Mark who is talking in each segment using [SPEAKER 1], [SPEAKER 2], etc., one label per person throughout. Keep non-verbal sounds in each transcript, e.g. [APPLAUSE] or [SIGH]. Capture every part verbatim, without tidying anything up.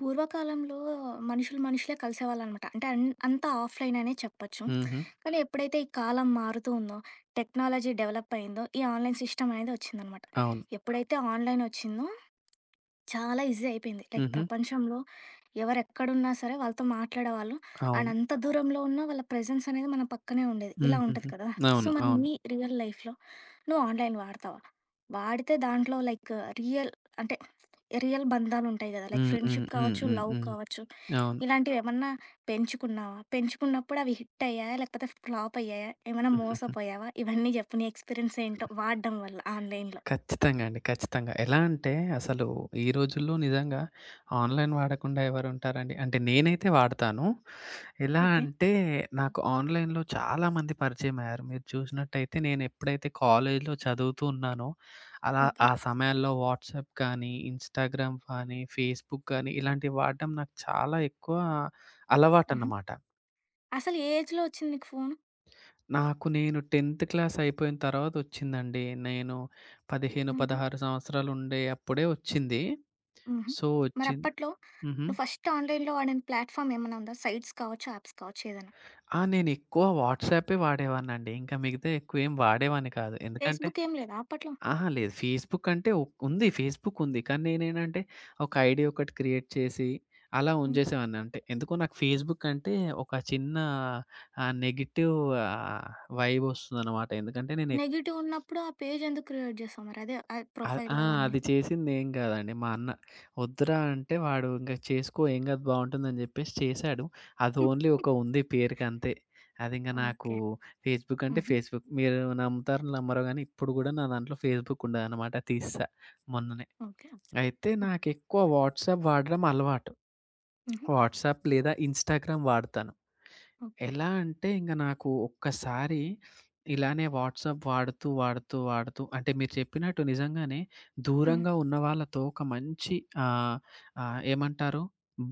[SPEAKER 1] పూర్వకాలంలో మనుషులు మనుషులే కలిసేవాళ్ళనమాట. అంటే అన్ అంతా ఆఫ్‌లైన్ అనే చెప్పొచ్చు.
[SPEAKER 2] హుహు.
[SPEAKER 1] కానీ ఎప్పుడైతే ఈ కాలం మారుతూ ఉందో, టెక్నాలజీ డెవలప్ అయిందో, ఈ ఆన్‌లైన్ సిస్టమ్ అనేది వచ్చిందనమాట.
[SPEAKER 2] అవును.
[SPEAKER 1] ఎప్పుడైతే ఆన్‌లైన్ వచ్చిందో చాలా ఈజీ అయిపోయింది. లైక్
[SPEAKER 2] హుహు.
[SPEAKER 1] ప్రపంచంలో ఎవరెక్కడున్నా సరే వాళ్ళతో మాట్లాడేవాళ్ళు. అండ్
[SPEAKER 2] అవును.
[SPEAKER 1] అంత దూరంలో ఉన్న వాళ్ళ ప్రెజెన్స్ అనేది మన పక్కనే ఉండేది. ఇలా
[SPEAKER 2] హుహుహు.
[SPEAKER 1] ఉంటది కదా! సో,
[SPEAKER 2] అవును.
[SPEAKER 1] మరి
[SPEAKER 2] అవును.
[SPEAKER 1] నీ రియల్ లైఫ్‌లో నువ్వు ఆన్‌లైన్ వాడతావా? వాడితే దాంట్లో లైక్ రియల్, అంటే రియల్ బంధాలుంటాయి గదా! లైక్
[SPEAKER 2] హ్మ్. హ్మ్.
[SPEAKER 1] ఫ్రెండ్‌షిప్
[SPEAKER 2] హ్మ్.
[SPEAKER 1] కావచ్చు,
[SPEAKER 2] హ్మ్.
[SPEAKER 1] లవ్
[SPEAKER 2] హ్మ్.
[SPEAKER 1] కావచ్చు.
[SPEAKER 2] అవును.
[SPEAKER 1] ఇలాంటివేమన్నా పెంచుకున్నావా? పెంచుకున్నప్పుడు అవి హిట్ అయ్యాయా? లేకపోతే ఫ్లాప్ అయ్యాయా? ఏమైనా
[SPEAKER 2] హుహుహు.
[SPEAKER 1] మోసపోయావా? ఇవన్నీ జెప్పు నీ ఎక్స్‌పీరియన్స్ ఏంటో వాడడం వల్ల ఆన్‌లైన్‌లో.
[SPEAKER 2] ఖచ్చితంగా అండి. ఖచ్చితంగా. ఎలా అంటే అసలు ఈ రోజుల్లో నిజంగా ఆన్‌లైన్ వాడకుండా ఎవరుంటారండి? అంటే నేనైతే వాడతాను. ఎలా
[SPEAKER 1] ఓకే.
[SPEAKER 2] అంటే నాకు ఆన్‌లైన్‌లో చాలామంది పరిచయమయ్యారు. మీరు చూసినట్టయితే నేనెప్పుడైతే కాలేజీలో చదువుతూ ఉన్నానో, అలా
[SPEAKER 1] ఓకే.
[SPEAKER 2] ఆ సమయాల్లో వాట్సాప్ కానీ, ఇన్‌స్టాగ్రామ్ కానీ, ఫేస్‌బుక్ కానీ ఇలాంటివి వాడడం నాకు చాలా ఎక్కువ
[SPEAKER 1] హుహు.
[SPEAKER 2] అలవాటన్నమాట.
[SPEAKER 1] అసలు ఏ ఏజ్‌లో ఒచ్చింది నీకు ఫోను?
[SPEAKER 2] నాకు నేను 10థ్ క్లాస్ అయిపోయిన తర్వాత వచ్చిందండి. నేను పదిహేను,
[SPEAKER 1] హుహు.
[SPEAKER 2] పదహారు సంవత్సరాలు ఉండే అప్పుడే వచ్చింది.
[SPEAKER 1] హుహు.
[SPEAKER 2] సో, వచ్చింది
[SPEAKER 1] మరప్పట్లో
[SPEAKER 2] హుహు.
[SPEAKER 1] నువ్వు ఫస్ట్ ఆన్‌లైన్‌లో వాడిన ప్లాట్‌ఫామ్ ఏమన్నా ఉందా? సైట్స్ కావచ్చు, యాప్స్ కావచ్చు ఏదైనా?
[SPEAKER 2] ఆ! నేను ఎక్కువ వాట్సాపే వాడేవాడినండి. ఇంకా మిగతా ఎక్కువ ఏం వాడేవాడిని కాదు. ఎందుకంటే
[SPEAKER 1] ఫేస్‌బుక్ ఏం లేదా అప్పట్లో?
[SPEAKER 2] అహా! లేదు. ఫేస్‌బుక్ అంటే ఉ ఉంది. ఫేస్‌బుక్ ఉంది. కానీ నేనేంటంటే ఒక ఐడీ ఒకటి క్రియేట్ చేసి అలా
[SPEAKER 1] హ్మ్.
[SPEAKER 2] ఉంచేసేవాడిని అంతే. ఎందుకో నాకు ఫేస్‌బుక్ అంటే ఒక చిన్న ఆహ్, నెగెటివ్ ఆహ్, వైబ్ వస్తుందన్నమాట. ఎందుకంటే నేను
[SPEAKER 1] నెగెటివ్ ఉన్నప్పుడు ఆ పేజ్ ఎందుకు క్రియేట్ జేసావు మరి? అదే ఆ
[SPEAKER 2] అ
[SPEAKER 1] ప్రొఫైల్
[SPEAKER 2] ఆ!
[SPEAKER 1] అవన్నీ.
[SPEAKER 2] అది చేసిందేం కాదండి. మా అన్న వద్దురా అంటే వాడు ఇంక చేసుకో ఏం కాదు బావుంటుందని చెప్పేసి చేశాడు. అది
[SPEAKER 1] హ్మ్.
[SPEAKER 2] ఓన్లీ ఒక ఉంది పేరుకంతే. అది ఇంక నాకు
[SPEAKER 1] ఓకే.
[SPEAKER 2] ఫేస్‌బుక్ అంటే
[SPEAKER 1] హుహు.
[SPEAKER 2] ఫేస్‌బుక్. మీరు నమ్ముతారో నమ్మరో గానీ ఇప్పుడు గూడా నా దాంట్లో ఫేస్‌బుక్ ఉండదనమాట తీసేసా మొన్ననే.
[SPEAKER 1] ఓకే.
[SPEAKER 2] అయితే
[SPEAKER 1] ఓకే. హ్మ్.
[SPEAKER 2] నాకెక్కువ వాట్సాప్ వాడడం అలవాటు.
[SPEAKER 1] హుహు.
[SPEAKER 2] వాట్సాప్ లేదా ఇన్‌స్టాగ్రామ్ వాడతాను.
[SPEAKER 1] ఓకే.
[SPEAKER 2] ఎలా అంటే ఇంక నాకు ఒక్కసారి ఇలానే వాట్సాప్ వాడుతూ, వాడుతూ, వాడుతూ అంటే మీరు చెప్పినట్టు నిజంగానే
[SPEAKER 1] హ్మ్.
[SPEAKER 2] దూరంగా ఉన్న వాళ్ళతో ఒక మంచి ఆహ్, ఆహ్, ఏమంటారు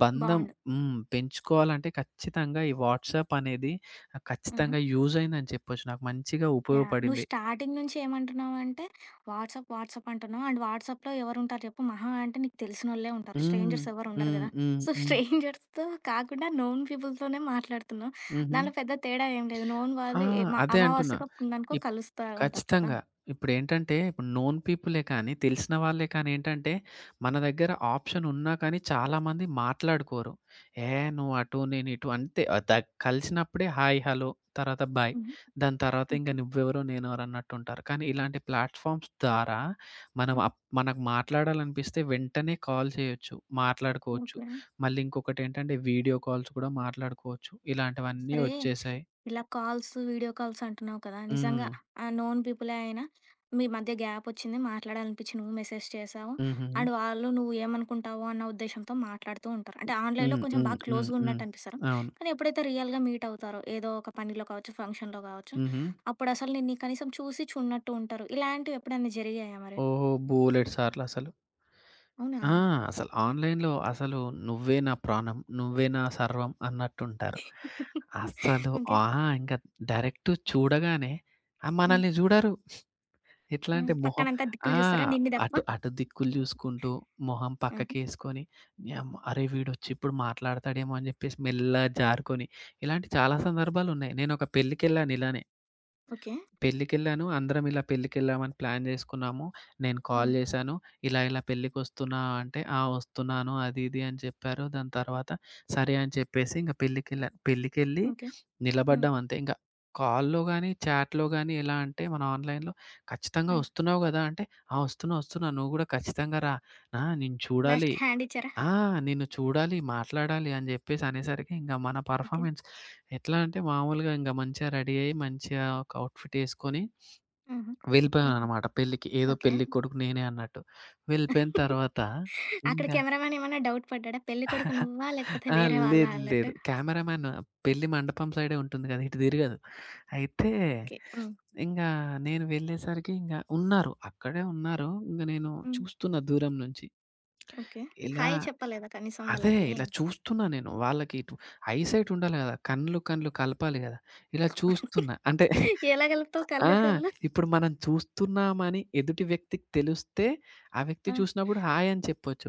[SPEAKER 2] బంధం
[SPEAKER 1] బావుండు.
[SPEAKER 2] హ్మ్. పెంచుకోవాలంటే ఖచ్చితంగా ఈ వాట్సాప్ అనేది ఆహ్,
[SPEAKER 1] ఆహా!
[SPEAKER 2] ఖచ్చితంగా యూజ్ అయిందని చెప్పొచ్చు. నాకు మంచిగా
[SPEAKER 1] యాహ్! నువ్వు
[SPEAKER 2] ఉపయోగపడింది.
[SPEAKER 1] స్టార్టింగ్ నుంచి ఏమంటున్నావంటే వాట్సాప్, వాట్సాప్ అంటున్నావు. అండ్ వాట్సాప్‌లో ఎవరుంటారు చెప్పు? మహా అంటే నీకు తెలిసినోళ్ళే ఉంటారు.
[SPEAKER 2] హ్మ్.
[SPEAKER 1] స్ట్రేంజర్స్ ఎవరు ఉండరు
[SPEAKER 2] హ్మ్.
[SPEAKER 1] గదా!
[SPEAKER 2] హ్మ్.
[SPEAKER 1] సో,
[SPEAKER 2] హ్మ్.
[SPEAKER 1] స్ట్రేంజర్స్‌తో కాకుండా నోన్ పీపుల్‌తోనే మాట్లాడుతున్నావు.
[SPEAKER 2] హుహు.
[SPEAKER 1] దాంట్లో పెద్ద తేడా ఏం లేదు. నోన్
[SPEAKER 2] ఆ!
[SPEAKER 1] వాళ్ళు ఏ మ
[SPEAKER 2] అదే అంటున్నా.
[SPEAKER 1] అమావాస్యకో, పుణ్యానికో
[SPEAKER 2] ఇప్
[SPEAKER 1] కలుస్తా ఉంటారు కదా!
[SPEAKER 2] ఖచ్చితంగా. ఇప్పుడేంటంటే, ఇప్పుడు నోన్ పీపులే కానీ, తెలిసిన వాళ్ళే కానీ ఏంటంటే, మన దగ్గర ఆప్షన్ ఉన్నా కానీ చాలామంది మాట్లాడుకోరు. "ఏహ్! నువ్వు అటు, నేను ఇటు" అంతే. ఆహ్, ద కలిసినప్పుడే హాయ్, హలో, తర్వాత బాయ్.
[SPEAKER 1] హుహు.
[SPEAKER 2] దాని తర్వాత ఇంక
[SPEAKER 1] ఓకే.
[SPEAKER 2] నువ్వెవరో, నేనెవరో అన్నట్టుంటారు. కానీ ఇలాంటి ప్లాట్‌ఫామ్స్ ద్వారా మనం
[SPEAKER 1] హ్మ్.
[SPEAKER 2] అప్ మనకు మాట్లాడాలనిపిస్తే వెంటనే కాల్ చేయొచ్చు, మాట్లాడుకోవచ్చు.
[SPEAKER 1] ఓకే.
[SPEAKER 2] మళ్ళీ ఇంకొకటేంటంటే వీడియో కాల్స్ కూడా మాట్లాడుకోవచ్చు. ఇలాంటివన్నీ
[SPEAKER 1] సరే,
[SPEAKER 2] వచ్చేసాయి.
[SPEAKER 1] ఇలా కాల్స్, వీడియో కాల్స్ అంటున్నావు కదా! నిజంగా
[SPEAKER 2] హ్మ్.
[SPEAKER 1] ఆ నోన్ పీపులే అయినా మీ మధ్య గ్యాప్ వచ్చింది. మాట్లాడాలనిపించి నువ్వు మెసేజ్ చేశావు.
[SPEAKER 2] హుహు.
[SPEAKER 1] అండ్ వాళ్ళు నువ్వు ఏమనుకుంటావో అన్న ఉద్దేశ్యంతో మాట్లాడుతూ ఉంటారు. అంటే ఆన్‌లైన్‌లో
[SPEAKER 2] హ్మ్.
[SPEAKER 1] కొంచెం
[SPEAKER 2] హ్మ్.
[SPEAKER 1] బాగా
[SPEAKER 2] హ్మ్.
[SPEAKER 1] క్లోజ్‌గా
[SPEAKER 2] హ్మ్.
[SPEAKER 1] ఉన్నట్టు అనిపిస్తారు.
[SPEAKER 2] అవును.
[SPEAKER 1] కానీ ఎప్పుడైతే రియల్‌గా మీట్ అవుతారో ఏదో ఒక పనిలో కావచ్చు, ఫంక్షన్‌లో కావచ్చు,
[SPEAKER 2] హుహు.
[SPEAKER 1] అప్పుడు అసలు నిన్ను కనీసం చూసి చూడనట్టు ఉంటారు. ఇలాంటివి ఎప్పుడన్నా జరిగాయా మరి?
[SPEAKER 2] ఓహో! బోలెడు సార్లసలు.
[SPEAKER 1] అవునా?
[SPEAKER 2] ఆ! అసలు ఆన్‌లైన్‌లో అసలు "నువ్వే నా ప్రాణం, నువ్వే నా సర్వం" అన్నట్టుంటారు. అస్సలు
[SPEAKER 1] ఓకే.
[SPEAKER 2] ఆ! ఇంక డైరెక్ట్ చూడగానే ఆహ్,
[SPEAKER 1] హ్మ్.
[SPEAKER 2] మనల్ని జూడరు. ఎట్లా
[SPEAKER 1] హ్మ్.
[SPEAKER 2] అంటే మొహం
[SPEAKER 1] పక్కనంతా దిక్కులు
[SPEAKER 2] ఆ!
[SPEAKER 1] చూస్తారా నిన్ను తప్ప?
[SPEAKER 2] అటు అటు దిక్కులు జూసుకుంటూ, మొహం
[SPEAKER 1] ఆహా!
[SPEAKER 2] పక్కకేసుకొని, "నీయమ్మ అరే! వీడొచ్చిప్పుడు మాట్లాడతాడేమో" అని జెప్పేసి మెల్లగా జారుకొని, ఇలాంటి చాలా సందర్భాలున్నాయి. నేనొక పెళ్ళికెళ్ళాను ఇలానే.
[SPEAKER 1] ఓకే.
[SPEAKER 2] పెళ్ళికెళ్ళాను. అందరం ఇలా పెళ్ళికెళ్ళామని ప్లాన్ జేసుకున్నాము. నేను కాల్
[SPEAKER 1] హ్మ్.
[SPEAKER 2] జేశాను. ఇలా ఇలా పెళ్ళికొస్తున్నావా అంటే, "ఆ! వస్తున్నాను." అది ఇది అని చెప్పారు. దాని తర్వాత సరే అని చెప్పేసి ఇంక పెళ్ళికెళ్ళాను. పెళ్ళికెళ్ళి
[SPEAKER 1] ఓకే. హ్మ్.
[SPEAKER 2] నిలబడ్డాం అంతే. ఇంక కాల్‌లో గాని, చాట్‌లో గాని ఎలా అంటే మన ఆన్‌లైన్‌లో "ఖచ్చితంగా
[SPEAKER 1] హ్మ్.
[SPEAKER 2] వస్తున్నావు గదా!" అంటే, "ఆ! వస్తున్నా. వస్తున్నా. నువ్వు గూడా ఖచ్చితంగా రా. ఆ! నిన్ను చూడాలి."
[SPEAKER 1] లాస్ట్‌కి హ్యాండ్ ఇచ్చారా?
[SPEAKER 2] ఆ! నిన్ను చూడాలి, మాట్లాడాలి అని జెప్పేసి అనేసరికి ఇంగ మన
[SPEAKER 1] ఓకే.
[SPEAKER 2] పెర్ఫార్మన్స్ ఎట్లా అంటే మామూలుగా ఇంగ మంచిగా రెడీ అయ్యి, మంచిగా ఒక అవుట్‌ఫిట్ యేసుకొని
[SPEAKER 1] హుహు. హ్మ్.
[SPEAKER 2] వెళ్ళిపోయాననమాట పెళ్ళికి. ఏదో
[SPEAKER 1] ఓకే.
[SPEAKER 2] పెళ్ళి కొడుకు నేనే అన్నట్టు. వెళ్ళిపోయిన
[SPEAKER 1] [LAUGHS]
[SPEAKER 2] తర్వాత
[SPEAKER 1] అక్కడ
[SPEAKER 2] ఇంకా
[SPEAKER 1] కెమెరామెన్ ఏమన్నా డౌట్ పడ్డాడా? పెళ్ళికొడుకు
[SPEAKER 2] [LAUGHS]
[SPEAKER 1] నువ్వా? లేకపోతే
[SPEAKER 2] ఆ!
[SPEAKER 1] వేరే వాళ్ళా
[SPEAKER 2] లేదు, లేదు.
[SPEAKER 1] అన్నట్టు?
[SPEAKER 2] కెమెరామాన్ పెళ్లి మండపం సైడే ఉంటుంది గదా! ఇటు తిరగదు. అయితే
[SPEAKER 1] ఓకే. హ్మ్.
[SPEAKER 2] ఇంగా నేను వెళ్ళేసరికి ఇంగ ఉన్నారు. అక్కడే ఉన్నారు. ఇంగ నేను
[SPEAKER 1] హ్మ్.
[SPEAKER 2] చూస్తున్నా దూరం నుంచి.
[SPEAKER 1] ఓకే.
[SPEAKER 2] ఇలా
[SPEAKER 1] హాయ్ చెప్పలేదా కనీసం
[SPEAKER 2] అదే
[SPEAKER 1] వాళ్ళకి?
[SPEAKER 2] ఇలా చూస్తున్నా నేను. వాళ్ళకి ఇటు ఐ సైట్ ఉండాలి గదా! కళ్ళు, కళ్ళు కలపాలి గదా! ఇలా చూస్తున్నా. అంటే
[SPEAKER 1] ఎలా కలుపుతావు
[SPEAKER 2] ఆ!
[SPEAKER 1] కళ్ళు కళ్ళు?
[SPEAKER 2] ఇప్పుడు మనం చూస్తున్నామని ఎదుటి వ్యక్తికి తెలిస్తే, ఆ వ్యక్తి
[SPEAKER 1] ఆ!
[SPEAKER 2] చూసినప్పుడు హాయ్ అని చెప్పొచ్చు.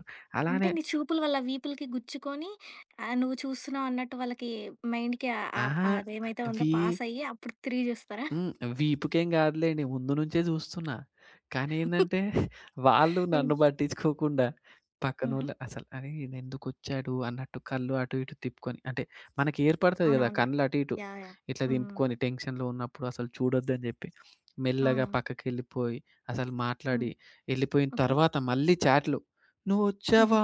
[SPEAKER 1] అంటే
[SPEAKER 2] అలానే
[SPEAKER 1] నీ చూపులు వాళ్ళ వీపులకి గుచ్చుకొని ఆహ్, నువ్వు చూస్తున్నావు అన్నట్టు వాళ్ళకి మైండ్‌కి ఆహ్, ఆహ్,
[SPEAKER 2] అహా!
[SPEAKER 1] అదేమైతే
[SPEAKER 2] వీ
[SPEAKER 1] ఉందో పాస్ అయ్యి అప్పుడు తిరిగి చూస్తారా?
[SPEAKER 2] హ్మ్. వీపుకేం గాదులేండి. ముందు నుంచే జూస్తున్నా. కానీ ఏందంటే, వాళ్ళు
[SPEAKER 1] హ్మ్.
[SPEAKER 2] నన్ను పట్టించుకోకుండా
[SPEAKER 1] హుహు.
[SPEAKER 2] పక్కనోళ్ళ అసలు అరే! ఈయనెందుకొచ్చాడు అన్నట్టు కళ్ళు అటు ఇటు తిప్పుకొని అంటే మనకి ఏర్పడతది గదా!
[SPEAKER 1] అవునవునులే.
[SPEAKER 2] కళ్ళు అటు ఇటు
[SPEAKER 1] యాహ్! యాహ్!
[SPEAKER 2] ఇట్లా
[SPEAKER 1] హ్మ్.
[SPEAKER 2] దింపుకొని టెన్షన్‌లో ఉన్నప్పుడు అసలు చూడొద్దని జెప్పి, మెల్లగా
[SPEAKER 1] అవునవును.
[SPEAKER 2] పక్కకెళ్ళిపోయి, అసలు
[SPEAKER 1] హ్మ్.
[SPEAKER 2] మాట్లాడి, ఎళ్ళిపోయిన
[SPEAKER 1] ఓకే.
[SPEAKER 2] తర్వాత మళ్ళీ చాట్‌లు.
[SPEAKER 1] హుహు.
[SPEAKER 2] "నువ్వొచ్చావా?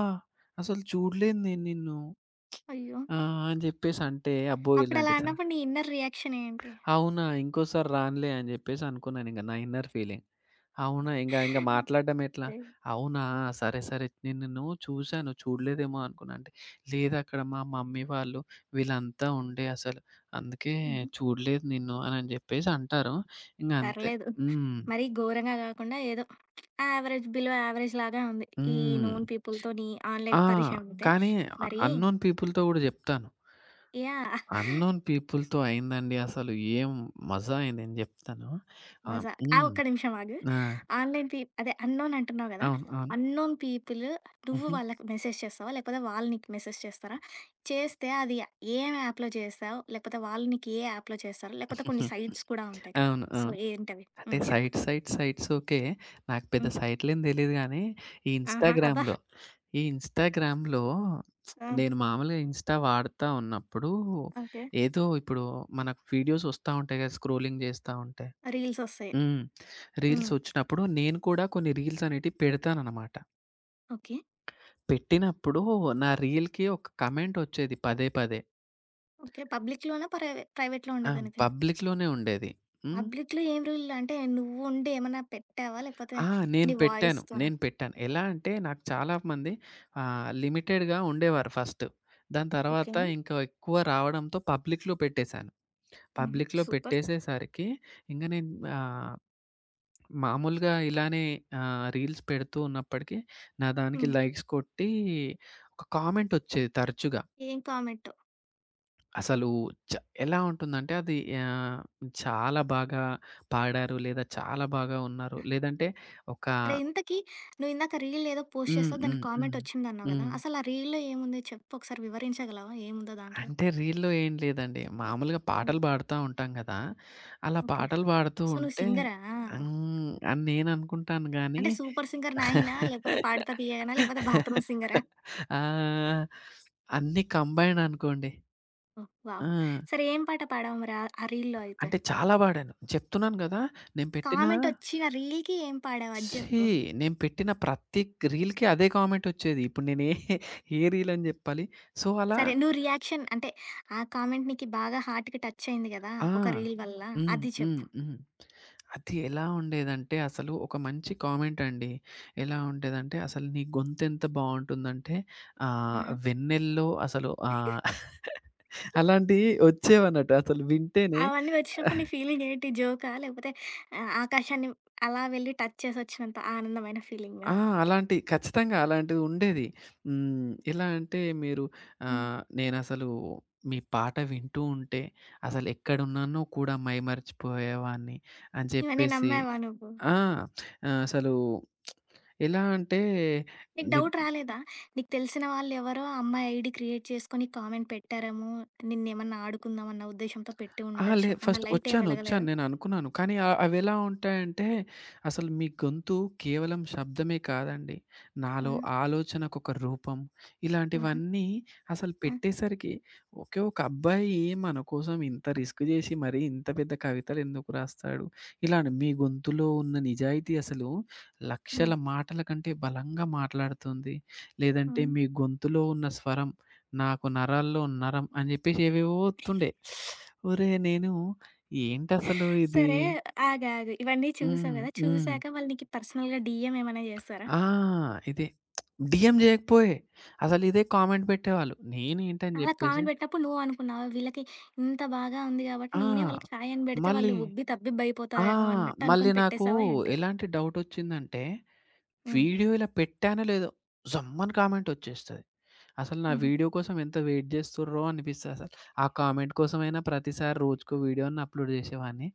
[SPEAKER 2] అసలు చూడలేదు నేను నిన్ను"
[SPEAKER 1] అయ్యో!
[SPEAKER 2] ఆహ్, అని జెప్పేసంటే అబ్బో! ఇలాంటి
[SPEAKER 1] అప్పుడలా
[SPEAKER 2] స
[SPEAKER 1] అన్నప్పుడు నీ ఇన్నర్ రియాక్షన్ ఏంటి?
[SPEAKER 2] అవునా! ఇంకోసారి రానులే అని జెప్పేసి అనుకున్నానింక నా ఇన్నర్ ఫీలింగ్. అవునా! ఇంగ ఇంగ మాట్లాడడం ఎట్లా? అవునా! సరే, సరే. నిన్ను చూసాను. చూడలేదేమో అనుకున్నా అంటే, లేదక్కడ మా మమ్మీ వాళ్ళు వీళ్ళంతా ఉండే అసలు. అందుకే
[SPEAKER 1] హుహు.
[SPEAKER 2] చూడలేదు నిన్ను అని జెప్పేసి అంటారు. ఇంగ అంతే.
[SPEAKER 1] పర్లేదు.
[SPEAKER 2] హ్మ్.
[SPEAKER 1] మరీ ఘోరంగా గాకుండా ఏదో యావరేజ్ బిలో యావరేజ్ లాగా ఉంది. ఈ
[SPEAKER 2] హ్మ్.
[SPEAKER 1] నోన్ పీపుల్‌తోని
[SPEAKER 2] ఆ!
[SPEAKER 1] ఆన్‌లైన్ పరిచయం అయితే.
[SPEAKER 2] కానీ అ
[SPEAKER 1] మరి
[SPEAKER 2] అన్నోన్ పీపుల్‌తో గూడా జెప్తాను.
[SPEAKER 1] యాహ్!
[SPEAKER 2] అన్నోన్ పీపుల్‌తో అయిందండి అసలు ఏం మజా అయింది. నేను జెప్తాను. ఆహ్,
[SPEAKER 1] మజా. ఆ!
[SPEAKER 2] హ్మ్.
[SPEAKER 1] ఒక్క నిమిషం ఆగు.
[SPEAKER 2] ఆ!
[SPEAKER 1] ఆన్‌లైన్ పీ అదే అన్‌నోన్ అంటున్నావు గదా!
[SPEAKER 2] అవును. అవును.
[SPEAKER 1] అన్‌నోన్ పీపుల్ నువ్వు
[SPEAKER 2] హుహు.
[SPEAKER 1] వాళ్ళకి మెసేజ్ చేస్తావా? లేకపోతే వాళ్ళు నీకు మెసేజ్ చేస్తారా? చేస్తే అది ఏం యాప్‌లో చేస్తావు? లేకపోతే వాళ్ళు నీకు ఏ యాప్‌లో చేస్తారు?
[SPEAKER 2] [LAUGHS]
[SPEAKER 1] లేకపోతే
[SPEAKER 2] హుహు.
[SPEAKER 1] కొన్ని సైట్స్ కూడా ఉంటాయి కదా!
[SPEAKER 2] అవును.
[SPEAKER 1] సో
[SPEAKER 2] అవును.
[SPEAKER 1] ఏంటవి?
[SPEAKER 2] అంటే
[SPEAKER 1] హ్మ్. చెప్పు.
[SPEAKER 2] Site site sites okay. నాకు పెద్ద
[SPEAKER 1] హ్మ్.
[SPEAKER 2] సైట్‌లేం తెలీదు గానీ, ఈ
[SPEAKER 1] ఆహా! అబ్బా!
[SPEAKER 2] ఇన్‌స్టాగ్రామ్‌లో, ఈ ఇన్‌స్టాగ్రామ్‌లో
[SPEAKER 1] ఆ!
[SPEAKER 2] నేను మామూలుగా ఇన్‌స్టా వాడతా ఉన్నప్పుడు,
[SPEAKER 1] ఓకే.
[SPEAKER 2] ఏదో ఇప్పుడు మనకు వీడియోస్ వస్తా ఉంటాయి కదా! స్క్రోలింగ్ చేస్తా ఉంటే.
[SPEAKER 1] రీల్సొస్తాయి.
[SPEAKER 2] హ్మ్.
[SPEAKER 1] హ్మ్.
[SPEAKER 2] రీల్స్ వచ్చినప్పుడు నేను కూడా కొన్ని రీల్స్ అనేటివి పెడతాననమాట.
[SPEAKER 1] ఓకే.
[SPEAKER 2] పెట్టినప్పుడు నా రీల్‌కి ఒక కమెంట్ వచ్చేది పదే పదే.
[SPEAKER 1] ఓకే. పబ్లిక్‌లోనా? ప్రైవే ప్రైవేట్‌లో
[SPEAKER 2] ఆ!
[SPEAKER 1] ఉండేదనిది?
[SPEAKER 2] పబ్లిక్‌లోనే ఉండేది. హ్మ్.
[SPEAKER 1] పబ్లిక్‌లో ఏం రీల్లు అంటే నువ్వుండి ఏమన్నా పెట్టావా? లేకపోతే
[SPEAKER 2] ఆ! నేను
[SPEAKER 1] నీ
[SPEAKER 2] పెట్టాను.
[SPEAKER 1] వాయిస్‌తోనా?
[SPEAKER 2] నేను పెట్టాను. ఎలా అంటే నాకు చాలా మంది ఆహ్, లిమిటెడ్‌గా ఉండేవారు ఫస్ట్. దాని
[SPEAKER 1] ఓకే.
[SPEAKER 2] తర్వాత ఇంకా ఎక్కువ రావడంతో పబ్లిక్‌లో పెట్టేసాను.
[SPEAKER 1] హుహు.
[SPEAKER 2] పబ్లిక్‌లో
[SPEAKER 1] సూపర్.
[SPEAKER 2] పెట్టేసేసరికి ఇంక నేను ఆహ్, మామూలుగా ఇలానే ఆహ్, రీల్స్ పెడుతూ ఉన్నప్పటికీ నా దానికి
[SPEAKER 1] హ్మ్.
[SPEAKER 2] లైక్స్ కొట్టి ఒక కామెంట్ వచ్చేది తరచుగా.
[SPEAKER 1] ఏం కామెంట్?
[SPEAKER 2] అసలు చ ఎలా ఉంటుందంటే అది ఆహ్, చాలా బాగా పాడారు లేదా చాలా బాగా ఉన్నారు. లేదంటే ఒక
[SPEAKER 1] అరే! ఇంతకి నువ్వు ఇందాక రీల్ ఏదో పోస్ట్
[SPEAKER 2] హ్మ్.
[SPEAKER 1] చేసావు. దానికి
[SPEAKER 2] హ్మ్. హ్మ్.
[SPEAKER 1] కామెంట్ వచ్చిందన్నావు కదా!
[SPEAKER 2] హ్మ్.
[SPEAKER 1] అసలు ఆ రీల్‌లో ఏముంది చెప్పు ఒకసారి వివరించగలవా? ఏముందో దాంట్లో?
[SPEAKER 2] అంటే రీల్‌లో ఏం లేదండి. మామూలుగా
[SPEAKER 1] హ్మ్.
[SPEAKER 2] పాటలు పాడుతా ఉంటాం కదా! అలా
[SPEAKER 1] ఓకే.
[SPEAKER 2] పాటలు పాడుతూ
[SPEAKER 1] సో, నువ్వు
[SPEAKER 2] ఉంటే
[SPEAKER 1] సింగరా?
[SPEAKER 2] హ్మ్. అని నేననుకుంటాను గానీ
[SPEAKER 1] అంటే సూపర్ సింగర్ నాయినా? లేకపోతే పాడుతా తీయగానా? లేకపోతే బాత్రూమ్ సింగరా?
[SPEAKER 2] ఆ! అన్నీ కంబైన్ అనుకోండి.
[SPEAKER 1] ఓహ్!
[SPEAKER 2] ఆ!
[SPEAKER 1] వావ్! సరే, ఏం పాట పాడావు మరి ఆహ్, ఆ రీల్‌లో అయితే?
[SPEAKER 2] అంటే చాలా పాడాను. చెప్తున్నాను గదా! నేను పెట్టిన
[SPEAKER 1] కామెంటొచ్చిన రీల్‌కి ఏం పాడావు అది
[SPEAKER 2] ఛీ!
[SPEAKER 1] జెప్పు?
[SPEAKER 2] నేను పెట్టిన ప్రతి రీల్‌కి అదే కామెంట్ వచ్చేది. ఇప్పుడు నేను ఏ, ఏ రీల్ అని జెప్పాలి? సో, అలా
[SPEAKER 1] సరే, నువ్వు రియాక్షన్ అంటే, ఆ కామెంట్ నీకి బాగా హార్ట్‌కి టచ్ అయింది గదా!
[SPEAKER 2] ఆ!
[SPEAKER 1] ఒక రీల్ వల్ల.
[SPEAKER 2] హ్మ్.
[SPEAKER 1] అది
[SPEAKER 2] హ్మ్.
[SPEAKER 1] చెప్పు.
[SPEAKER 2] హ్మ్. అది ఎలా ఉండేదంటే అసలు ఒక మంచి కామెంట్ అండి. ఎలా ఉండేదంటే అసలు నీ గొంతెంత బావుంటుందంటే ఆహ్,
[SPEAKER 1] ఆహా!
[SPEAKER 2] వెన్నెల్లో అసలు ఆహ్, అలాంటియి వచ్చేవన్నట్టు. అసలు వింటేనే
[SPEAKER 1] అవన్నీ వచ్చినప్పుడు నీ ఫీలింగ్ ఏంటి? జోకా? లేకపోతే ఆహ్, ఆకాశాన్ని అలా వెళ్లి టచ్ చేసొచ్చినంత ఆనందమైన ఫీలింగా?
[SPEAKER 2] ఆ! అలాంటి ఖచ్చితంగా అలాంటిది ఉండేది. హ్మ్. ఎలా అంటే మీరు
[SPEAKER 1] హ్మ్.
[SPEAKER 2] ఆహ్, నేనసలు మీ పాట వింటూ ఉంటే అసలు ఎక్కడున్నానో కూడా మైమర్చిపోయేవాడిని అని
[SPEAKER 1] ఇవన్నీ
[SPEAKER 2] చెప్పేసి
[SPEAKER 1] నమ్మావా నువ్వు?
[SPEAKER 2] ఆ! ఆహ్, అసలు ఎలా అంటే
[SPEAKER 1] నీకు
[SPEAKER 2] ని
[SPEAKER 1] డౌట్ రాలేదా? నీకు తెలిసిన వాళ్ళెవరో ఆ అమ్మాయి ఐడీ క్రియేట్ చేసుకొని కామెంట్ పెట్టారేమో, నిన్నేమన్నా ఆడుకుందాం అన్న ఉద్దేశ్యంతో పెట్టి
[SPEAKER 2] ఆ! లే
[SPEAKER 1] ఉండొచ్చు అన్న
[SPEAKER 2] ఫస్ట్
[SPEAKER 1] లైట్ ఏం
[SPEAKER 2] ఒచ్చాను. ఒచ్చాను.
[SPEAKER 1] వెలగలేదా?
[SPEAKER 2] నేననుకున్నాను. కానీ ఆహ్, అవెలా ఉంటాయంటే అసలు మీ గొంతు కేవలం శబ్దమే కాదండి. నాలో
[SPEAKER 1] హ్మ్.
[SPEAKER 2] ఆలోచనకొక రూపం
[SPEAKER 1] హుహు.
[SPEAKER 2] ఇలాంటివన్నీ అసలు
[SPEAKER 1] హ్మ్.
[SPEAKER 2] పెట్టేసరికి ఒకే ఒక అబ్బాయి మన కోసం ఇంత రిస్క్ జేసి మరీ ఇంత పెద్ద కవితలెందుకు రాస్తాడు? ఇలానే మీ గొంతులో ఉన్న నిజాయితీ అసలు లక్షల
[SPEAKER 1] హ్మ్.
[SPEAKER 2] మాటల కంటే బలంగా మాట్లాడుతుంది. లేదంటే
[SPEAKER 1] హ్మ్.
[SPEAKER 2] మీ గొంతులో ఉన్న స్వరం నాకు నరాల్లో నరం అని జెప్పేసి ఏవేవో ఒత్తుండే. ఒరేయ్! నేను ఏంటసలు ఇది?
[SPEAKER 1] సరే, ఆగాగు. ఇవన్నీ చూసావు
[SPEAKER 2] హ్మ్.
[SPEAKER 1] గదా!
[SPEAKER 2] హ్మ్.
[SPEAKER 1] చూసాక వాళ్ళు నీకు పర్సనల్‌గా డీఎం ఏమైనా జేసారా?
[SPEAKER 2] ఆ! ఇదే. డీఎం జేయకపోయే. అసలిదే కామెంట్ పెట్టేవాళ్ళు. నేనేంటని
[SPEAKER 1] అలా
[SPEAKER 2] జెప్పేసి
[SPEAKER 1] కామెంట్ పెట్టినప్పుడు నువ్వనుకున్నావా? వీళ్ళకి ఇంత బాగా ఉంది గాబట్టి
[SPEAKER 2] ఆ!
[SPEAKER 1] నేనే వాళ్ళకి హాయ్ అని బెడితే
[SPEAKER 2] మళ్ళీ
[SPEAKER 1] వాళ్ళు ఉబ్బి
[SPEAKER 2] ఆ!
[SPEAKER 1] తబ్బిబ్బయిపోతారేమో అన్నట్టు
[SPEAKER 2] మళ్ళీ
[SPEAKER 1] అనుకోని
[SPEAKER 2] నాకు
[SPEAKER 1] పెట్టేసావా ఏంటి?
[SPEAKER 2] ఎలాంటి డౌటొచ్చిందంటే
[SPEAKER 1] హ్మ్.
[SPEAKER 2] వీడియో ఇలా పెట్టానో లేదో జమ్మని కామెంట్ వచ్చేస్తది. అసలు నా
[SPEAKER 1] హుహు.
[SPEAKER 2] వీడియో కోసం ఎంత వెయిట్ చేస్తుర్రో అనిపిస్తదసలు. ఆ కామెంట్ కోసమైనా ప్రతిసారి రోజుకో వీడియోని అప్‌లోడ్ చేసేవాడిని.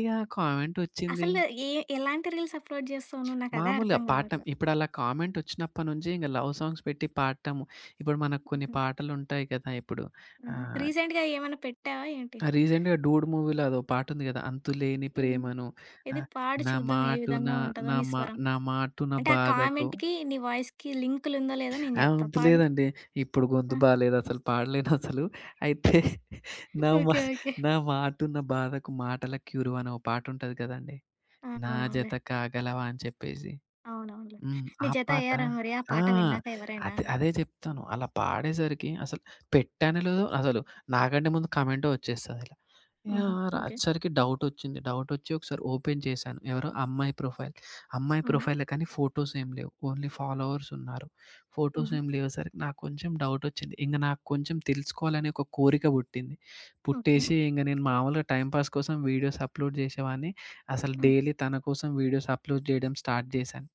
[SPEAKER 2] ఇక కామెంట్ వచ్చింది.
[SPEAKER 1] అసలు ఏ ఎలాంటి రీల్స్ అప్‌లోడ్ జేస్తావు నువ్వు? నాకదే
[SPEAKER 2] మామూలుగా
[SPEAKER 1] అర్థం
[SPEAKER 2] పాడటం.
[SPEAKER 1] గావట్లేదు.
[SPEAKER 2] ఇప్పుడు అలా కామెంట్ వచ్చినప్పటి నుంచి ఇంక లవ్ సాంగ్స్ పెట్టి పాడటము. ఇప్పుడు మనకు కొన్ని
[SPEAKER 1] హుహు.
[SPEAKER 2] పాటలుంటాయి కదా! ఇప్పుడు
[SPEAKER 1] హుహు.
[SPEAKER 2] ఆహ్,
[SPEAKER 1] రీసెంట్‌గా ఏమన్నా పెట్టావా ఏంటి?
[SPEAKER 2] రీసెంట్‌గా 'డూడ్' మూవీలో అదో పాటుంది కదా! అంతులేని
[SPEAKER 1] హ్మ్.
[SPEAKER 2] ప్రేమను
[SPEAKER 1] ఇది
[SPEAKER 2] ఆహ్,
[SPEAKER 1] పాడు
[SPEAKER 2] నా
[SPEAKER 1] చూద్దాం ఏ
[SPEAKER 2] మాటున
[SPEAKER 1] విధంగా ఉంటదో
[SPEAKER 2] నా
[SPEAKER 1] నీ
[SPEAKER 2] మా
[SPEAKER 1] స్వరం.
[SPEAKER 2] నా మాటున
[SPEAKER 1] అంటే ఆ
[SPEAKER 2] బాధకు
[SPEAKER 1] కామెంట్‌కి నీ వాయిస్‌కి లింకులుందో లేదో నేను
[SPEAKER 2] ఆ!
[SPEAKER 1] జెప్తా.
[SPEAKER 2] అంత
[SPEAKER 1] పాడు.
[SPEAKER 2] లేదండి. ఇప్పుడు
[SPEAKER 1] ఆ!
[SPEAKER 2] గొంతు బాలేదసలు పాడలేనసలు. అయితే [LAUGHS] నా మా
[SPEAKER 1] ఓకే. ఓకే.
[SPEAKER 2] నా మాటున్న బాధకు మాటల క్యూరువ అని ఒక పాటుంటది కదండీ.
[SPEAKER 1] ఆ!
[SPEAKER 2] నా
[SPEAKER 1] అవునవునులే.
[SPEAKER 2] జత కాగలవా అని చెప్పేసి.
[SPEAKER 1] అవునవునులే.
[SPEAKER 2] హ్మ్.
[SPEAKER 1] నీ
[SPEAKER 2] ఆ
[SPEAKER 1] జత
[SPEAKER 2] పాట
[SPEAKER 1] అయ్యారా మరి ఆ
[SPEAKER 2] ఆ!
[SPEAKER 1] పాట విన్నాక ఎవరైనా?
[SPEAKER 2] అదే, అదే జెప్తాను. అలా పాడేసరికి అసలు పెట్టానో లేదో అసలు నాకంటే ముందు కామెంటే వచ్చేస్తదిలా.
[SPEAKER 1] హుహు.
[SPEAKER 2] యాహ్! రా
[SPEAKER 1] ఓకే.
[SPEAKER 2] వచ్చేసరికి డౌటొచ్చింది. డౌటొచ్చి ఒకసారి ఓపెన్ చేశాను. ఎవరో అమ్మాయి ప్రొఫైల్. అమ్మాయి
[SPEAKER 1] హ్మ్.
[SPEAKER 2] ప్రొఫైలే కానీ ఫోటోస్ ఏం లేవు. ఓన్లీ ఫాలోవర్స్ ఉన్నారు. ఫోటోస్
[SPEAKER 1] హుహు.
[SPEAKER 2] ఏం లేవుసరికి నాకు కొంచెం డౌటొచ్చింది. ఇంక నాకు కొంచెం తెలుసుకోవాలనే ఒక కోరిక పుట్టింది.
[SPEAKER 1] ఓకే.
[SPEAKER 2] పుట్టేసి ఇంక నేను మామూలుగా టైమ్ పాస్ కోసం వీడియోస్ అప్‌లోడ్ చేసేవాడిని. అసలు
[SPEAKER 1] హ్మ్.
[SPEAKER 2] డైలీ తన కోసం వీడియోస్ అప్‌లోడ్ చేయడం స్టార్ట్ చేశాను.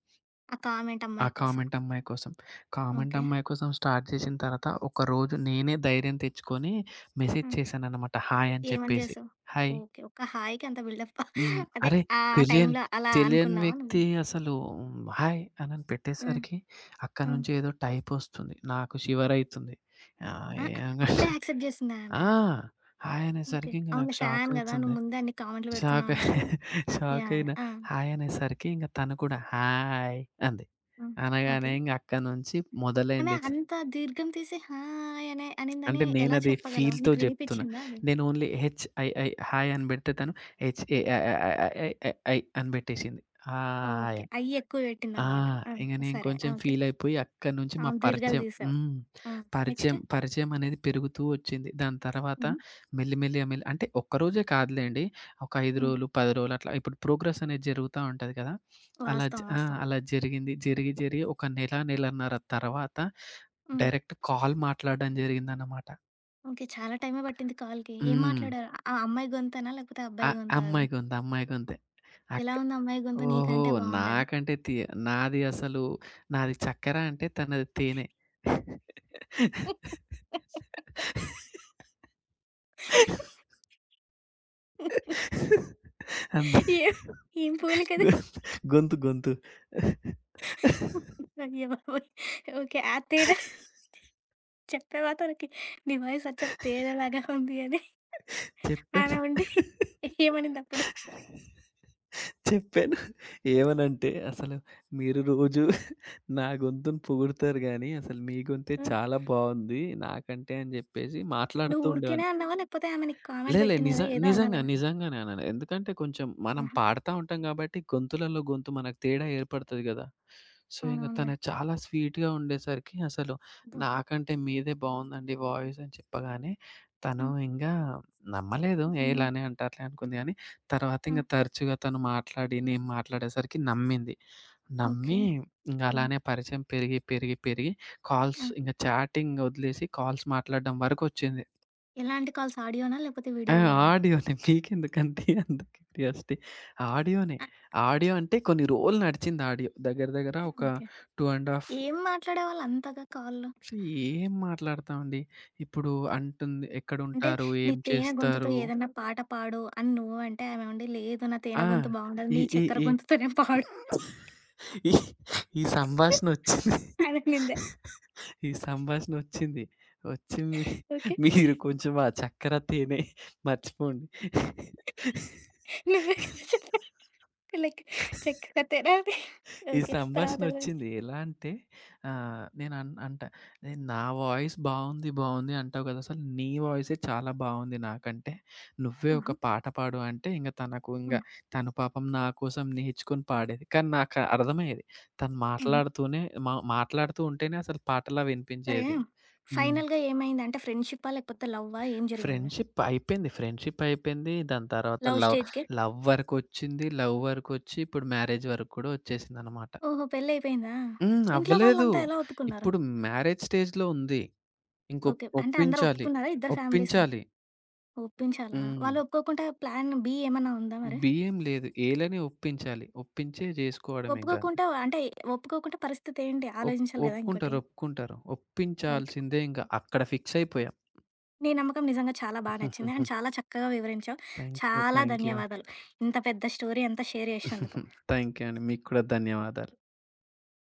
[SPEAKER 1] ఆ కామెంట్
[SPEAKER 2] ఆ
[SPEAKER 1] అమ్మాయి కోసం.
[SPEAKER 2] కామెంట్ అమ్మాయి కోసం. Comment
[SPEAKER 1] okay.
[SPEAKER 2] అమ్మాయి కోసం స్టార్ట్ చేసిన తర్వాత, ఒకరోజు నేనే ధైర్యం తెచ్చుకొని మెసేజ్
[SPEAKER 1] హ్మ్.
[SPEAKER 2] చేశాననమాట హాయ్ అని
[SPEAKER 1] ఏమని
[SPEAKER 2] చెప్పేసి.
[SPEAKER 1] జేసావు?
[SPEAKER 2] హాయ్.
[SPEAKER 1] ఓకే. ఒక్క హాయికి అంత బిల్డప్పా?
[SPEAKER 2] హ్మ్.
[SPEAKER 1] అదే
[SPEAKER 2] అరే!
[SPEAKER 1] ఆ
[SPEAKER 2] తెలియని
[SPEAKER 1] టైంలో అలా
[SPEAKER 2] తెలియని
[SPEAKER 1] అనుకున్నావా నువ్వు?
[SPEAKER 2] వ్యక్తి అసలు హాయ్ అనని
[SPEAKER 1] హ్మ్.
[SPEAKER 2] పెట్టేసరికి అక్కడి
[SPEAKER 1] హ్మ్.
[SPEAKER 2] నుంచి ఏదో టైప్ ఒస్తుంది. నాకు షివరైతుంది. ఆహ్,
[SPEAKER 1] ఆ!
[SPEAKER 2] ఏం
[SPEAKER 1] అప్పుడే యాక్సెప్ట్ జేసిందా ఆమె?
[SPEAKER 2] ఆ! Hi
[SPEAKER 1] okay.
[SPEAKER 2] అనేసరికి ఇంక నాకు
[SPEAKER 1] అవునులే ఫ్యాన్ గదా!
[SPEAKER 2] షాకయితుంది.
[SPEAKER 1] నువ్వు ముందే అన్ని కామెంట్‌లు
[SPEAKER 2] షాక్
[SPEAKER 1] పెడుతున్నావు అన్నప్పుడు
[SPEAKER 2] [LAUGHS]
[SPEAKER 1] యాహ్! యాహ్!
[SPEAKER 2] షాకయినా
[SPEAKER 1] ఆ!
[SPEAKER 2] హాయ్ అనేసరికి ఇంక తను కూడా హాయ్ అంది.
[SPEAKER 1] హ్మ్.
[SPEAKER 2] అనగానే
[SPEAKER 1] ఓకే.
[SPEAKER 2] ఇంగ అక్కడి నుంచి
[SPEAKER 1] అలా
[SPEAKER 2] మొదలైంది చి
[SPEAKER 1] అంత దీర్ఘం తీసి హాయ్ అనే
[SPEAKER 2] అంటే
[SPEAKER 1] అనిందని ఎలా
[SPEAKER 2] నేనది
[SPEAKER 1] చెప్పగలవు?
[SPEAKER 2] ఫీల్‌తో
[SPEAKER 1] నీకు
[SPEAKER 2] జెప్తున్నా.
[SPEAKER 1] వినిపిచ్చిందా అది?
[SPEAKER 2] నేను ఓన్లీ హెచ్ఐఐ హాయ్ అని బెడితే తను హెచ్ఏఐఐఐఐఐ అని బెట్టేసింది. Hi
[SPEAKER 1] okay.
[SPEAKER 2] అని.
[SPEAKER 1] ఐ ఎక్కువ
[SPEAKER 2] ఆ!
[SPEAKER 1] పెట్టిందనమాట. ఆ!
[SPEAKER 2] ఇంగ నేను
[SPEAKER 1] సరే.
[SPEAKER 2] కొంచెం
[SPEAKER 1] ఓకే.
[SPEAKER 2] ఫీలయిపోయి అక్కడి నుంచి
[SPEAKER 1] ఆ!
[SPEAKER 2] మా
[SPEAKER 1] దీర్ఘాలు
[SPEAKER 2] పరిచయం
[SPEAKER 1] తీసావు.
[SPEAKER 2] హ్మ్.
[SPEAKER 1] ఆ! నెక్స్ట్?
[SPEAKER 2] పరిచయం, పరిచయం అనేది పెరుగుతూ వచ్చింది. దాని తర్వాత
[SPEAKER 1] హుహు.
[SPEAKER 2] మెల్లిమెల్లిగా మెల్లి అంటే ఒక్కరోజే కాదులెండి. ఒక ఐదు
[SPEAKER 1] హ్మ్.
[SPEAKER 2] రోజులు, పది రోజులు అట్లా ఇప్పుడు ప్రోగ్రెస్ అనేది జరుగుతా ఉంటది కదా! అలా జ
[SPEAKER 1] వాస్తవం.
[SPEAKER 2] ఆ!
[SPEAKER 1] వాస్తవం.
[SPEAKER 2] అలా జరిగింది. జరిగి జరిగి ఒక నెల, నెలన్నర తర్వాత
[SPEAKER 1] హ్మ్.
[SPEAKER 2] డైరెక్ట్ కాల్ మాట్లాడడం జరిగిందన్నమాట.
[SPEAKER 1] ఓకే. చాలా టైమే పట్టింది కాల్‌కి. ఏం
[SPEAKER 2] హ్మ్.
[SPEAKER 1] మాట్లాడారు? ఆ అమ్మాయి గొంతేనా? లేకపోతే
[SPEAKER 2] అ
[SPEAKER 1] అబ్బాయి గొంతా అది?
[SPEAKER 2] అమ్మాయి గొంతు, అమ్మాయి గొంతే.
[SPEAKER 1] ఎలా
[SPEAKER 2] అక్
[SPEAKER 1] ఉంది అమ్మాయి గొంతు
[SPEAKER 2] ఓహో!
[SPEAKER 1] నీకంటే బావుండేనా?
[SPEAKER 2] నాకంటే తి నాది అసలు నాది చక్కెర అంటే తనది తేనె. అంత
[SPEAKER 1] ఏం ఏం పోలికది?
[SPEAKER 2] గొ గొంతు గొంతు.
[SPEAKER 1] అయ్య బాబోయ్! ఓకే. అత్తేనా? చెప్పావా తనకి? నీ వాయిస్ అచ్చం తేనెలాగా ఉంది అని.
[SPEAKER 2] చెప్పాను.
[SPEAKER 1] ఆమె ఉండి ఏమనిందప్పుడు?
[SPEAKER 2] చెప్పాను. ఏమనంటే అసలు మీరు రోజు నా గొంతుని పొగుడుతారు గానీ, అసలు మీ గొంతే
[SPEAKER 1] హ్మ్.
[SPEAKER 2] చాలా బావుంది నాకంటే అని జెప్పేసి మాట్లాడుతూ
[SPEAKER 1] నువ్వు ఊరికేనే
[SPEAKER 2] ఉండేవాడిని.
[SPEAKER 1] అన్నావా? లేకపోతే ఆమె నీకు
[SPEAKER 2] లే,
[SPEAKER 1] కామెంట్
[SPEAKER 2] లే.
[SPEAKER 1] పెట్టింది
[SPEAKER 2] నిజ
[SPEAKER 1] కదా! ఏదో
[SPEAKER 2] నిజంగా.
[SPEAKER 1] అనాలనా?
[SPEAKER 2] నిజంగానేనండి. ఎందుకంటే కొంచెం మనం
[SPEAKER 1] ఆహా!
[SPEAKER 2] పాడుతా ఉంటాం గాబట్టి గొంతులలో గొంతు మనకు తేడా ఏర్పడతది గదా! సో, ఇంగ
[SPEAKER 1] అవునవునులే.
[SPEAKER 2] తను చాలా స్వీట్‌గా ఉండేసరికి అసలు
[SPEAKER 1] అబ్బో!
[SPEAKER 2] నాకంటే మీదే బావుందండి వాయిస్ అని చెప్పగానే తను
[SPEAKER 1] హ్మ్.
[SPEAKER 2] ఇంగా నమ్మలేదు. ఏ
[SPEAKER 1] హ్మ్.
[SPEAKER 2] ఇలానే అంటారులే అనుకుంది గానీ, తర్వాత
[SPEAKER 1] ఆ!
[SPEAKER 2] ఇంగ తరచుగా తను మాట్లాడి నేను మాట్లాడేసరికి నమ్మింది.
[SPEAKER 1] ఓకే.
[SPEAKER 2] నమ్మి ఇంగ
[SPEAKER 1] హ్మ్.
[SPEAKER 2] అలానే పరిచయం పెరిగి, పెరిగి, పెరిగి కాల్స్
[SPEAKER 1] ఆ!
[SPEAKER 2] ఇంగ చాటింగ్ ఒదిలేసి కాల్స్ మాట్లాడడం వరకొచ్చింది.
[SPEAKER 1] ఎలాంటి కాల్స్ ఆడియోనా? లేకపోతే
[SPEAKER 2] ఆ!
[SPEAKER 1] వీడియో గూడానా?
[SPEAKER 2] ఆడియోనే. మీకెందుకండి అంత క్యూరియాసిటీ? ఆడియోనే.
[SPEAKER 1] ఆ!
[SPEAKER 2] ఆడియో అంటే కొన్ని రోజులు నడిచింది ఆడియో. దగ్గర దగ్గర ఒక
[SPEAKER 1] ఓకే.
[SPEAKER 2] రెండున్నర ½
[SPEAKER 1] ఏం మాట్లాడేవాళ్ళు అంతగా కాల్‌లో?
[SPEAKER 2] ఛీ! ఏం మాట్లాడతామండి. ఇప్పుడు అంటుంది
[SPEAKER 1] అంటే
[SPEAKER 2] ఎక్కడుంటారు?
[SPEAKER 1] నీ
[SPEAKER 2] ఏం
[SPEAKER 1] తేనె గొంతుతో
[SPEAKER 2] చేస్తారు?
[SPEAKER 1] ఏదన్నా పాట పాడు అని నువ్వంటే ఆమె ఉండి లేదు నా తేనె
[SPEAKER 2] ఆ!
[SPEAKER 1] గొంతు బాగుండదు.
[SPEAKER 2] ఈ
[SPEAKER 1] నీ
[SPEAKER 2] ఈ
[SPEAKER 1] చక్కెర
[SPEAKER 2] ఈ
[SPEAKER 1] గొంతుతోనే పాడు
[SPEAKER 2] ఈ ఈ సంభాషణొచ్చింది.
[SPEAKER 1] అననిందా?
[SPEAKER 2] ఈ సంభాషణొచ్చింది. వచ్చి మీ
[SPEAKER 1] ఓకే.
[SPEAKER 2] మీరు కొంచెం ఆ చక్కెర, తేనె మర్చిపోండి.
[SPEAKER 1] నువ్వే కదా చెప్పావు. లైక్ చక్కగా తెరాలి.
[SPEAKER 2] ఈ
[SPEAKER 1] ఓకే. తర్వాత ఎలా
[SPEAKER 2] సంభాషణొచ్చింది.
[SPEAKER 1] వచ్చింది?
[SPEAKER 2] ఎలా అంటే ఆహ్, నేను అన్ అంటా, "నేను నా వాయిస్ బావుంది, బావుంది అంటావు కదా! అసలు నీ వాయిసే చాలా బావుంది నాకంటే. నువ్వే ఒక
[SPEAKER 1] హుహు.
[SPEAKER 2] పాట పాడు" అంటే ఇంక తనకు ఇంగ
[SPEAKER 1] హ్మ్.
[SPEAKER 2] తను పాపం నా కోసం నేర్చుకొని పాడేది. కానీ నాకు అర్థమయ్యేది. తను
[SPEAKER 1] హుహు.
[SPEAKER 2] మాట్లాడుతూనే మా మాట్లాడుతూ ఉంటేనే అసలు పాటలా
[SPEAKER 1] సరే,
[SPEAKER 2] వినిపించేది. హ్మ్.
[SPEAKER 1] ఫైనల్‌గా ఏమైంది? అంటే ఫ్రెండ్‌షిప్పా? లేకపోతే లవ్వా? ఏం జరిగింది?
[SPEAKER 2] ఫ్రెండ్‌షిప్ అయిపోయింది. ఫ్రెండ్‌షిప్ అయిపోయింది. దాని తర్వాత
[SPEAKER 1] లవ్
[SPEAKER 2] లవ్
[SPEAKER 1] స్టేజ్‌కే.
[SPEAKER 2] లవ్ వరకొచ్చింది. లవ్ వరకొచ్చి ఇప్పుడు మ్యారేజ్ వరకు కూడా వచ్చేసిందనమాట.
[SPEAKER 1] ఓహో! పెళ్లయిపోయిందా?
[SPEAKER 2] హ్మ్.
[SPEAKER 1] ఇంట్లో
[SPEAKER 2] అవ్వలేదు.
[SPEAKER 1] వాళ్ళంతా ఎలా ఒప్పుకున్నారు?
[SPEAKER 2] ఇప్పుడు మ్యారేజ్ స్టేజ్‌లో ఉంది. ఇంకొప్
[SPEAKER 1] ఓకే. అంటే అందరూ
[SPEAKER 2] ఒప్పించాలి.
[SPEAKER 1] ఒప్పుకున్నారా? ఇద్దరు ఫ్యామిలీస్
[SPEAKER 2] ఒప్పించాలి.
[SPEAKER 1] ఒప్పించాలా?
[SPEAKER 2] హ్మ్.
[SPEAKER 1] వాళ్ళు ఒప్పుకోకుండా ప్లాన్ బి ఏమన్నా ఉందా మరి?
[SPEAKER 2] బిఏం లేదు. ఏలని ఒప్పించాలి. ఒప్పించే జేసుకోవడమే ఇంక అంతే.
[SPEAKER 1] ఒప్పుకోకుండా అంటే ఒప్పుకోకుండా పరిస్థితి ఏంటి?
[SPEAKER 2] ఒప్
[SPEAKER 1] ఆలోచించాలి కదా! ఇంకోటి.
[SPEAKER 2] ఒప్పుకుంటారు. ఒప్పుకుంటారు.
[SPEAKER 1] ఓకే.
[SPEAKER 2] ఒప్పించాల్సిందే ఇంగ. అక్కడ ఫిక్స్ అయిపోయాం.
[SPEAKER 1] నీ నమ్మకం నిజంగా చాలా బా నచ్చింది. అండ్
[SPEAKER 2] [LAUGHS]
[SPEAKER 1] చాలా చక్కగా వివరించావు.
[SPEAKER 2] Thank you.
[SPEAKER 1] చాలా
[SPEAKER 2] థాంక్ యూ.
[SPEAKER 1] ధన్యవాదాలు. ఇంత పెద్ద స్టోరీ అంతా షేర్ చేసినందుకు.
[SPEAKER 2] థాంక్ యూ [LAUGHS] అండి. మీకు కూడా ధన్యవాదాలు.